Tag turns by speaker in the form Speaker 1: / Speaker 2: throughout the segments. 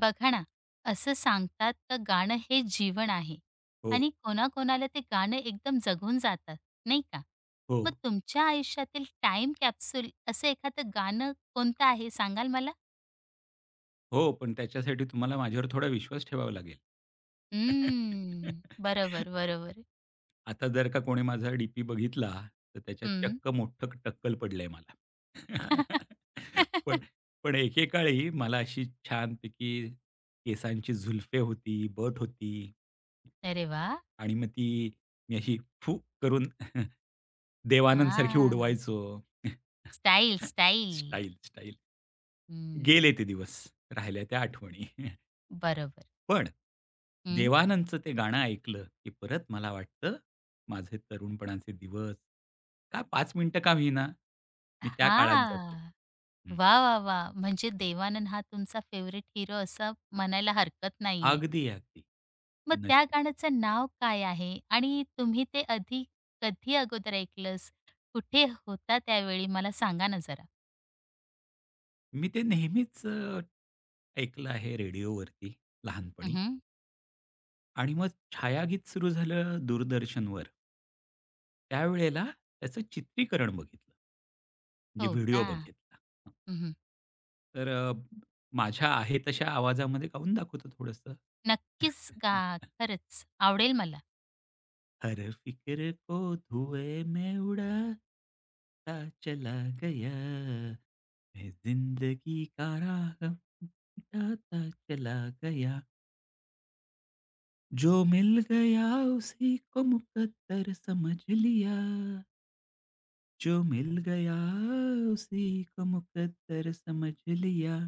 Speaker 1: बघा ना, असं सांगतात तर गाणं हे जीवन आहे
Speaker 2: हो,
Speaker 1: आणि कोणाकोणाला ते गाणं एकदम जगून जातात, नाही का?
Speaker 2: हो,
Speaker 1: मग तुमच्या आयुष्यातील टाईम कॅप्सूल असं एखादं गाणं कोणतं आहे सांगाल मला?
Speaker 2: हो. पण त्याच्यासाठी तुम्हाला माझ्यावर थोडा विश्वास ठेवावा लागेल.
Speaker 1: हम्म. बरोबर, बरोबर.
Speaker 2: आता जर का कोणी माझा डीपी बघितला, तर त्याच्यात
Speaker 1: हं.
Speaker 2: चक्क मोठं टक्कल पडलंय मला. पण पण एकेकाळी मला अशी छानपैकी केसांची झुलफे होती, बट होती
Speaker 1: अरे वा,
Speaker 2: आणि मग ती मी अशी फू करून देवानंदसारखी
Speaker 1: हां.
Speaker 2: उडवायचो.
Speaker 1: Style, style.
Speaker 2: Style, style. गेले
Speaker 1: हं.
Speaker 2: ते दिवस. राहिल्या त्या आठवणी.
Speaker 1: बरोबर.
Speaker 2: पण
Speaker 1: हं.
Speaker 2: देवानंदचं ते गाणं ऐकलं, की परत मला वाटतं माझे तरुणपणाचे दिवस, का पाच मिनिटं का होईना, मी त्या काळात जातो.
Speaker 1: हां.
Speaker 2: हं.
Speaker 1: वाह! म्हणजे देवानंद हा तुमचा फेव्हरेट हीरो असं म्हणायला हरकत नाहीये.
Speaker 2: अगदी, अगदी.
Speaker 1: मग त्या
Speaker 2: नशीब.
Speaker 1: गाण्याचं नाव काय आहे? आणि तुम्ही ते आधी कधी अगोदर ऐकलंस? कुठे होता त्यावेळी मला सांगा ना जरा?
Speaker 2: मी ते नेहमीच ऐकलं आहे रेडिओवरती
Speaker 1: हं,
Speaker 2: लहानपणी
Speaker 1: हं.
Speaker 2: आणि मग छायागीत सुरू झालं दूरदर्शनवर. त्यावेळेला त्याचं चित्रीकरण बघितलं. म्हणजे
Speaker 1: हो
Speaker 2: व्हिडिओ
Speaker 1: का?
Speaker 2: बघितला. हं.
Speaker 1: हं,
Speaker 2: तर माझ्या आहे तशा आवाजामध्ये गाऊन दाखवतो थोडंसं.
Speaker 1: नक्कीच गा. खरंच आवडेल मला.
Speaker 2: हर फिक्र को धुएँ में उड़ाता चला गया, मैं ज़िंदगी का राह मिटाता चला गया, जो मिल गया उसी को मुकद्दर समझ लिया, जो मिल गया उसी को मुकद्दर समझ लिया.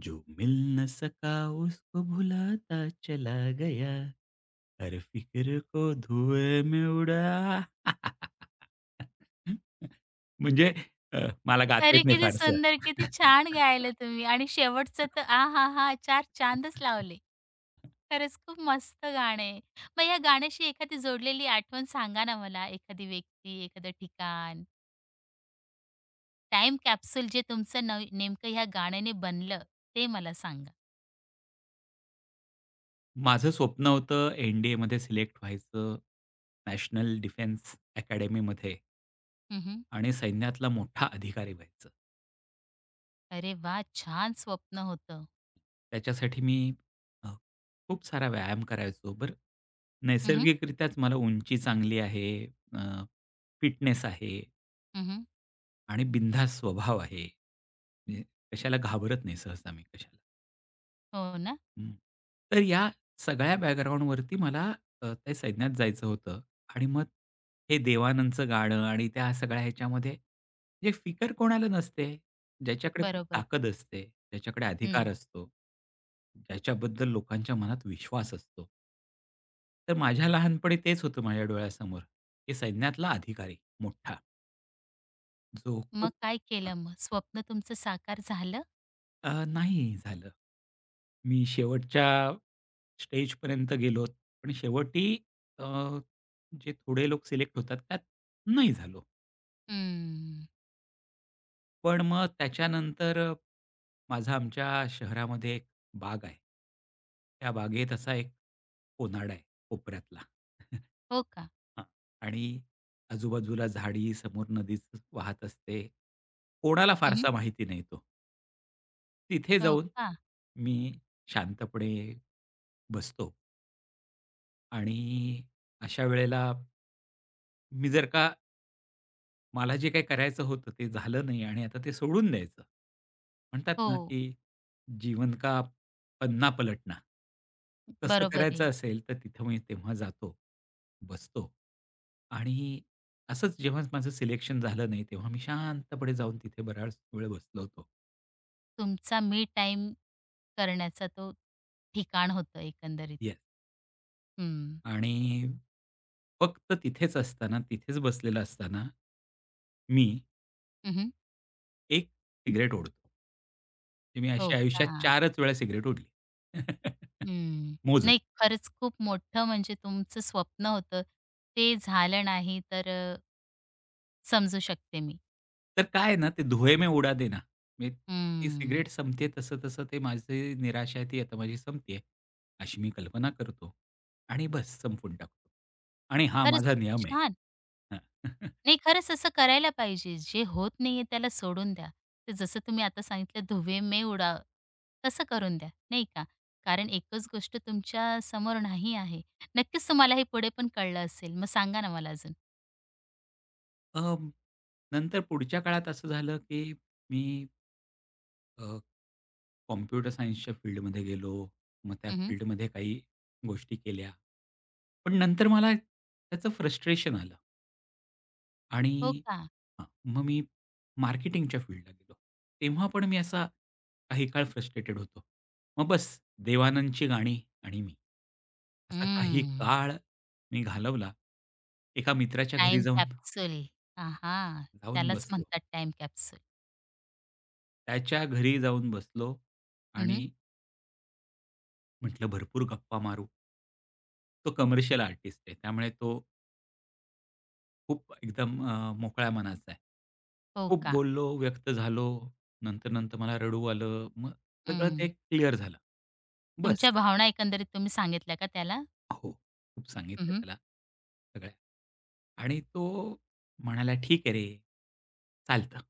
Speaker 2: जो मिल न सका उसको भुलाता चला गया हर फिक्र को धुए में उड़ा. म्हणजे अ, मला गाता
Speaker 1: अरे,
Speaker 2: येत नाही
Speaker 1: किती
Speaker 2: फारसं.
Speaker 1: सुंदर, किती छान गायलं तुम्ही आणि शेवटचं तर आहाहा! चार चांदच लावले. खरंच खूप मस्त गाणं आहे. मग या गाण्याशी एखादी जोडलेली आठवण सांगा ना मला? एखादी व्यक्ती, एखादं ठिकाण? टाइम कॅप्सूल जे तुमचं नेमकं ह्या गाण्याने बनलं, ते मला सांगा?
Speaker 2: माझं स्वप्न होतं एन-डी-एमध्ये सिलेक्ट व्हायचं, नॅशनल डिफेन्स अकॅडमीमध्ये
Speaker 1: हं,
Speaker 2: आणि सैन्यातला मोठा अधिकारी व्हायचं.
Speaker 1: अरे वा, छान स्वप्न होतं.
Speaker 2: त्याच्यासाठी मी अ, खूप सारा व्यायाम करायचो. बरं,
Speaker 1: हं.
Speaker 2: नैसर्गिकरित्याच मला उंची चांगली आहे, फिटनेस आहे आणि बिनधास्त स्वभाव आहे. म्हणजे कशाला घाबरत नाही सहसा मी कशाला.
Speaker 1: हो ना?
Speaker 2: हं. तर या सगळ्या बॅकग्राऊंडवरती मला त्या सैन्यात जायचं होतं आणि मग हे देवानंदचं गाणं आणि त्या सगळ्या ह्याच्यामध्ये म्हणजे फिकर कोणाला नसते, ज्याच्याकडे खूप
Speaker 1: बरोबर.
Speaker 2: ताकद असते, ज्याच्याकडे अधिकार
Speaker 1: हं.
Speaker 2: असतो, ज्याच्याबद्दल लोकांच्या मनात विश्वास असतो. तर माझ्या लहानपणी तेच होतं माझ्या डोळ्यासमोर, की सैन्यातला अधिकारी मोठा, जो
Speaker 1: मग
Speaker 2: खूप
Speaker 1: काय केलं मग? स्वप्न तुमचं साकार झालं?
Speaker 2: नाही झालं. मी शेवटच्या स्टेजपर्यंत गेलो. पण शेवटी अ, जे थोडे लोक सिलेक्ट होतात त्यात नाही झालो.
Speaker 1: हम्म.
Speaker 2: पण मग त्याच्यानंतर माझा आमच्या शहरामध्ये एक बाग आहे. त्या बागेत असा एक कोनाडा आहे कोपऱ्यातला.
Speaker 1: हो का?
Speaker 2: हां. आणि आजूबाजूला झाडी, समोर नदीच वाहत असते. कोणाला
Speaker 1: हं,
Speaker 2: फारसा माहिती नाही तो. तिथे
Speaker 1: हो
Speaker 2: जाऊन
Speaker 1: का?
Speaker 2: मी शांतपणे बसतो. आणि अशा वेळेला मी जर का मला जे काही करायचं होतं ते झालं नाही आणि आता ते सोडून द्यायचं. म्हणतात ना,
Speaker 1: हो.
Speaker 2: की जीवन का पन्ना पलटना. तसं
Speaker 1: बरोबर आहे.
Speaker 2: करायचं असेल तर तिथं मी तेव्हा जातो, बसतो आणि असंच जेव्हा माझं सिलेक्शन झालं नाही, तेव्हा मी शांतपणे जाऊन तिथे बराच वेळ बसलो होतो.
Speaker 1: तुमचा मी टाइम करण्याचा तो ठिकाण होतं एकंदरीत.
Speaker 2: येस.
Speaker 1: हं.
Speaker 2: आणि फक्त तिथेच असताना, तिथेच बसलेला असताना मी
Speaker 1: हं,
Speaker 2: एक सिगारेट ओढतो. ते मी अशी
Speaker 1: हो का?
Speaker 2: आयुष्यात 4च वेळा सिगारेट ओढली.
Speaker 1: हं.
Speaker 2: मोजून.
Speaker 1: नाही खरंच खूप मोठं म्हणजे तुमचं स्वप्न होतं. ते झालं नाही तर समजू शकते मी.
Speaker 2: तर काय आहे ना, ते धुए में उडा देना. मी ती
Speaker 1: हं.
Speaker 2: सिगारेट संपते तसं-तसं ते माझी निराशा आहे ती आता माझी संपते अशी मी कल्पना करतो आणि बस संपवून टाकतो. आणि हा
Speaker 1: खरंच
Speaker 2: माझा
Speaker 1: खूप
Speaker 2: नियम आहे.
Speaker 1: छान.
Speaker 2: हां.
Speaker 1: नाही खरंच असं करायला पाहिजे. जे होत नाहीये त्याला सोडून द्या. तर जसं तुम्ही आता सांगितलं धुवे में उड़ा, तसं करून द्या, नाही का? कारण एकच गोष्ट तुमच्या समोर नाही आहे. नक्कीच तुम्हाला हे पुढे पण कळलं असेल. मग सांगा ना मला अजून?
Speaker 2: अ, नंतर पुढच्या काळात असं झालं, की मी अ कॉम्प्युटर सायन्सच्या फील्डमध्ये गेलो. मग त्या
Speaker 1: हं,
Speaker 2: फील्डमध्ये काही गोष्टी केल्या. पण नंतर मला त्याचं फ्रस्ट्रेशन आलं
Speaker 1: हो
Speaker 2: आणि
Speaker 1: का?
Speaker 2: हां, मग मी मार्केटिंगच्या फील्डला गेलो. तेव्हा पण मी असा काही काळ फ्रस्ट्रेटेड होतो. मग बस देवानंदची गाणी आणि मी. असा काही
Speaker 1: हं.
Speaker 2: काळ मी घालवला. एका मित्राच्या घरी
Speaker 1: टाईम
Speaker 2: जाऊन
Speaker 1: कॅप्सूल. आहा!
Speaker 2: जाऊन
Speaker 1: त्यालाच
Speaker 2: बसलो.
Speaker 1: म्हणतात टाईम कॅप्सूल.
Speaker 2: त्याच्या घरी जाऊन बसलो
Speaker 1: हं.
Speaker 2: आणि म्हटलं भरपूर गप्पा मारू. तो कमर्शियल आर्टिस्ट आहे. त्यामुळे तो खूप एकदम मोकळ्या मनाचा आहे.
Speaker 1: हो
Speaker 2: खूप
Speaker 1: का?
Speaker 2: बोललो, व्यक्त झालो. नंतर-नंतर मला रडू आलं. मग सगळं ते
Speaker 1: हं.
Speaker 2: क्लिअर झालं. बस.
Speaker 1: तुमच्या भावना एकंदरीत तुम्ही सांगितल्या का त्याला?
Speaker 2: हो. खूप
Speaker 1: हं,
Speaker 2: सांगितलं
Speaker 1: हं.
Speaker 2: त्याला सगळ्या. आणि तो म्हणाला, "ठीक आहे रे, चालतं."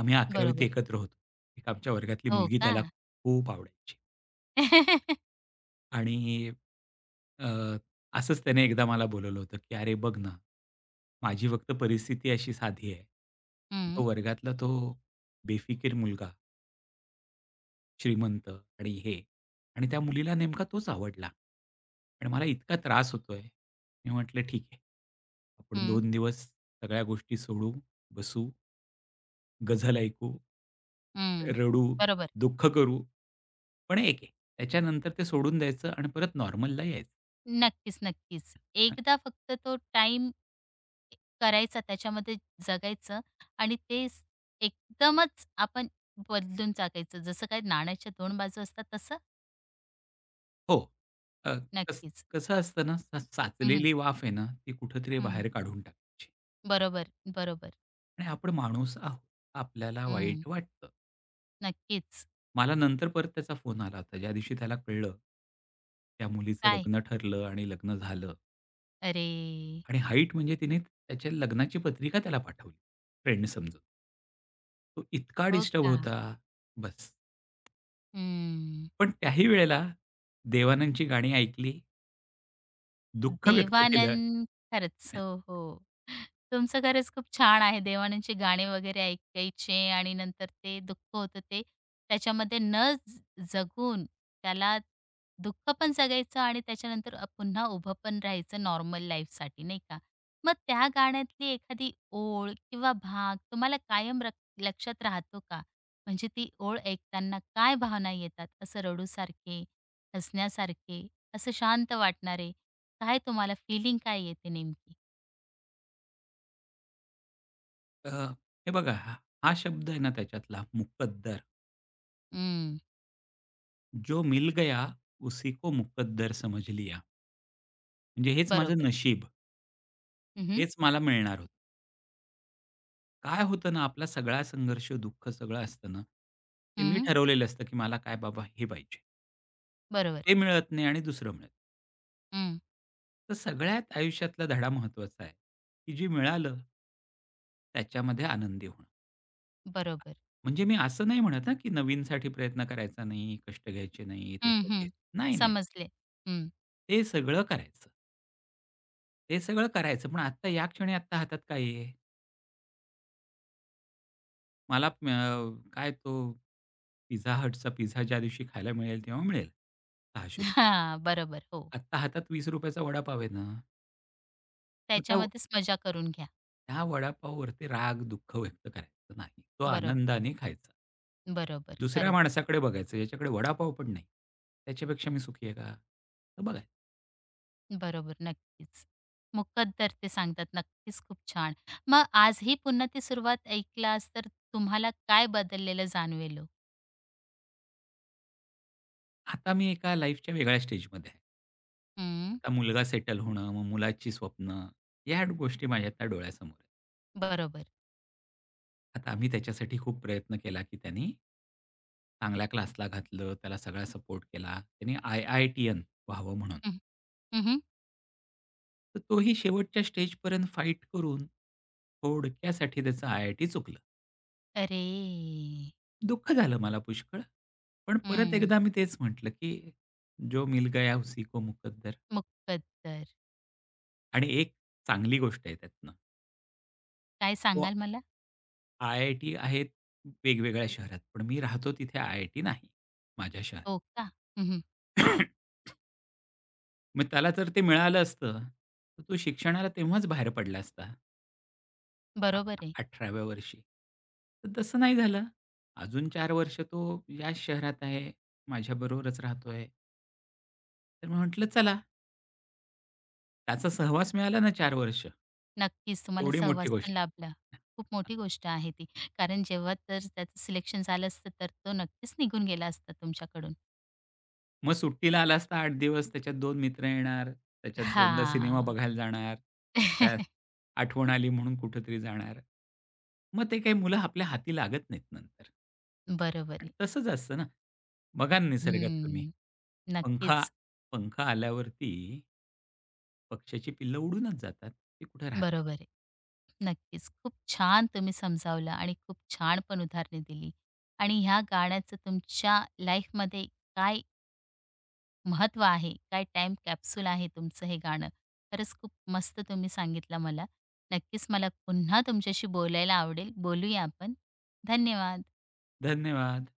Speaker 2: आम्ही 11वी
Speaker 1: बरोबर
Speaker 2: ते
Speaker 1: आहे.
Speaker 2: एकत्र होतो. एक आमच्या वर्गातली
Speaker 1: हो
Speaker 2: मुलगी
Speaker 1: का?
Speaker 2: त्याला खूप आवडायची. आणि अ, असंच त्याने एकदा मला बोलवलं होतं, की "अरे बघ ना, माझी फक्त परिस्थिती अशी साधी आहे. तो
Speaker 1: हं,
Speaker 2: वर्गातला तो बेफिकीर मुलगा, श्रीमंत आणि हे आणि त्या मुलीला नेमका तोच आवडला आणि मला इतका त्रास होतोय." मी म्हटलं, "ठीक आहे. आपण
Speaker 1: हं,
Speaker 2: 2 दिवस सगळ्या गोष्टी सोडू, बसू, गझल ऐकू,
Speaker 1: हं.
Speaker 2: रडू,
Speaker 1: बरोबर.
Speaker 2: दुःख करू, पण एक आहे त्याच्यानंतर ते सोडून द्यायचं आणि परत नॉर्मलला यायचं."
Speaker 1: नक्कीच. एकदा फक्त तो टाईम करायचा, त्याच्यामध्ये जगायचं आणि ते स एकदमच आपण बदलून जगायचं. जसं काही नाण्याच्या 2 बाजू असतात तसं?
Speaker 2: हो. अ, कस
Speaker 1: नक्कीच.
Speaker 2: कसं असतं ना,
Speaker 1: हं, हं,
Speaker 2: साचलेली वाफ आहे ना, ती कुठेतरी बाहेर काढून टाकायची
Speaker 1: बरोबर, बरोबर.
Speaker 2: आणि आपण माणूस आहोत. आपल्याला
Speaker 1: हं.
Speaker 2: वाईट वाटतं.
Speaker 1: नक्कीच.
Speaker 2: मला नंतर परत त्याचा फोन आला होता. ज्या दिवशी त्याला कळलं, त्या मुलीचं
Speaker 1: काय?
Speaker 2: लग्न ठरलं आणि लग्न झालं
Speaker 1: अरे!
Speaker 2: आणि हाईट म्हणजे तिने त्याच्या लग्नाची पत्रिका त्याला पाठवली, फ्रेंड समजून. तो इतका
Speaker 1: हो
Speaker 2: डिस्टर्ब
Speaker 1: का?
Speaker 2: होता, बस.
Speaker 1: हं.
Speaker 2: पण त्याही वेळेला देवानंदची गाणी ऐकली, दुःख व्यक्त केलं.
Speaker 1: देवानंद खरंच. हो. तुमचं खरंच खूप छान आहे. देवानंदचे गाणे वगैरे ऐकायचे आणि नंतर ते दुःख होतं ते त्याच्यामध्ये न ज जगून त्याला दुःख पण जगायचं आणि त्याच्यानंतर पुन्हा उभं पण राहायचं नॉर्मल लाईफसाठी नाही का? मग त्या गाण्यातली एखादी ओळ किंवा भाग तुम्हाला कायम लक्षात राहतो का? म्हणजे ती ओळ ऐकताना काय भावना येतात? असं रडूसारखे, हसण्यासारखे, असं शांत वाटणारे? काय तुम्हाला फीलिंग काय येते नेमकी?
Speaker 2: अ, हे बघा, हा हा शब्द आहे ना त्याच्यातला मुकद्दर.
Speaker 1: हं,
Speaker 2: जो मिल गया, उसी को मुकद्दर समझ लिया. म्हणजे हेच माझं
Speaker 1: बरोबर.
Speaker 2: नशीब,
Speaker 1: हं.
Speaker 2: हेच मला मिळणार होतं. काय होतं ना, आपला सगळा संघर्ष, दुःख सगळं असतं ना, ते मी ठरवलेलं असतं, की मला काय बाबा हे पाहिजे.
Speaker 1: बरोबर.
Speaker 2: ते मिळत नाही आणि दुसरं मिळतं.
Speaker 1: हं,
Speaker 2: तर सगळ्यात आयुष्यातला धडा महत्त्वाचा आहे, की जे मिळालं त्याच्यामध्ये आनंदी होणं.
Speaker 1: बरोबर.
Speaker 2: म्हणजे मी असं नाही म्हणत हां, की नवीनसाठी प्रयत्न करायचा नाही, कष्ट घ्यायचे नाहीत,
Speaker 1: हं,
Speaker 2: एफर्ट
Speaker 1: हं.
Speaker 2: घ्यायचे नाही, नाही.
Speaker 1: समजले. हं.
Speaker 2: ते सगळं करायचं. ते सगळं करायचं. पण आत्ता या क्षणी आत्ता हातात काय आहे? मला काय तो पिझ्झा हटचा पिझ्झा ज्या दिवशी खायला मिळेल तेव्हा मिळेल. ₹600 त.
Speaker 1: हां, बरोबर. हो,
Speaker 2: आत्ता हातात ₹20 चा वडापाव आहे ना, मग त्या
Speaker 1: त्याच्यामध्येच मजा करून घ्या.
Speaker 2: त्या वडापाववरती राग, दुःख व्यक्त करायचं नाही. तो
Speaker 1: बरोबर,
Speaker 2: आनंदाने खायचा.
Speaker 1: बरोबर.
Speaker 2: दुसऱ्या
Speaker 1: खरंच.
Speaker 2: माणसाकडे बघायचं, ज्याच्याकडे वडापाव पण नाही. त्याच्यापेक्षा मी सुखी आहे का? तर बघायचं.
Speaker 1: बरोबर, नक्कीच. मुकद्दर ते सांगतात. नक्कीच, खूप छान. मग आजही पुन्हा ती सुरुवात ऐकलास तर तुम्हाला काय बदललेलं जाणवेल ओ?
Speaker 2: आता मी एका लाईफच्या वेगळ्या स्टेजमध्ये आहे.
Speaker 1: हं,
Speaker 2: आता मुलगा सेटल होणं, मग मुलाची स्वप्न, या गोष्टी माझ्या त्या डोळ्यासमोर आहेत.
Speaker 1: बरोबर.
Speaker 2: आता आम्ही त्याच्यासाठी खूप प्रयत्न केला, की त्यानी चांगल्या क्लासला घातलं, त्याला सगळा सपोर्ट केला. त्यानी आय-आय-टी-यन व्हावं म्हणून.
Speaker 1: हं, हं,
Speaker 2: तर तोही शेवटच्या स्टेजपर्यंत फाईट करून थोडक्यासाठी त्याचं आय-आय-टी चुकलं.
Speaker 1: अरे!
Speaker 2: दुःख झालं मला पुष्कळ. पण परत
Speaker 1: हं,
Speaker 2: एकदा मी तेच म्हटलं, की "जो मिल गया उसी को मुकद्दर."
Speaker 1: मुकद्दर.
Speaker 2: आणि एक चांगली गोष्ट आहे त्यातनं.
Speaker 1: काय
Speaker 2: तो
Speaker 1: सांगाल मला?
Speaker 2: आय-आय-टी आहेत वेगवेगळ्या शहरात, पण मी राहतो तिथे आय-आय-टी नाही माझ्या शहरात.
Speaker 1: हो का? हं.
Speaker 2: मग त्याला जर ते मिळालं असतं, तर तो शिक्षणाला तेव्हाच बाहेर पडला असता, आ
Speaker 1: बरोबर आहे.
Speaker 2: 18व्या वर्षी. तर तसं नाही झालं. अजून चार वर्ष तो याच शहरात आहे, माझ्याबरोबरच राहतोय. तर मी म्हटलं चला, त्याचा सहवास मिळाला ना चार वर्ष.
Speaker 1: नक्कीच तुम्हाला
Speaker 2: एवढी मोठी
Speaker 1: सहवास
Speaker 2: गोष्ट
Speaker 1: पण लाभला.
Speaker 2: आहे.
Speaker 1: खूप मोठी गोष्ट आहे ती. कारण जेव्हा तर त्याचं सिलेक्शन झालं असतं, तर तो नक्कीच निघून गेला असता तुमच्याकडून.
Speaker 2: मग सुट्टीला आलास तर 8 दिवस त्याच्यात दोन मित्र येणार, त्याच्यात 2दा सिनेमा
Speaker 1: हां.
Speaker 2: बघायला जाणार, त्यात आठवण आली म्हणून कुठेतरी जाणार. मग ते काही मुलं आपल्या हाती लागत नाहीत नंतर.
Speaker 1: बरोबर
Speaker 2: आणि
Speaker 1: आहे.
Speaker 2: तसंच असतं ना, बघा ना निसर्गात तुम्ही.
Speaker 1: हं.
Speaker 2: पंखा
Speaker 1: नक्कीच.
Speaker 2: पंखा आल्यावरती पक्ष्याची पिल्लं उडूनच जातात. ते कुठे राहतात?
Speaker 1: बरोबर आहे. नक्कीच. खूप छान तुम्ही समजावलं आणि खूप छान पण उदाहरणे दिली. आणि ह्या गाण्याचं तुमच्या लाईफमध्ये काय महत्व आहे. काय टाइम कॅप्सूल आहे तुमचं हे गाणं. खरंच खूप मस्त तुम्ही सांगितलं मला. नक्कीच मला पुन्हा तुमच्याशी बोलायला आवडेल. बोलूया आपण. धन्यवाद.
Speaker 2: धन्यवाद.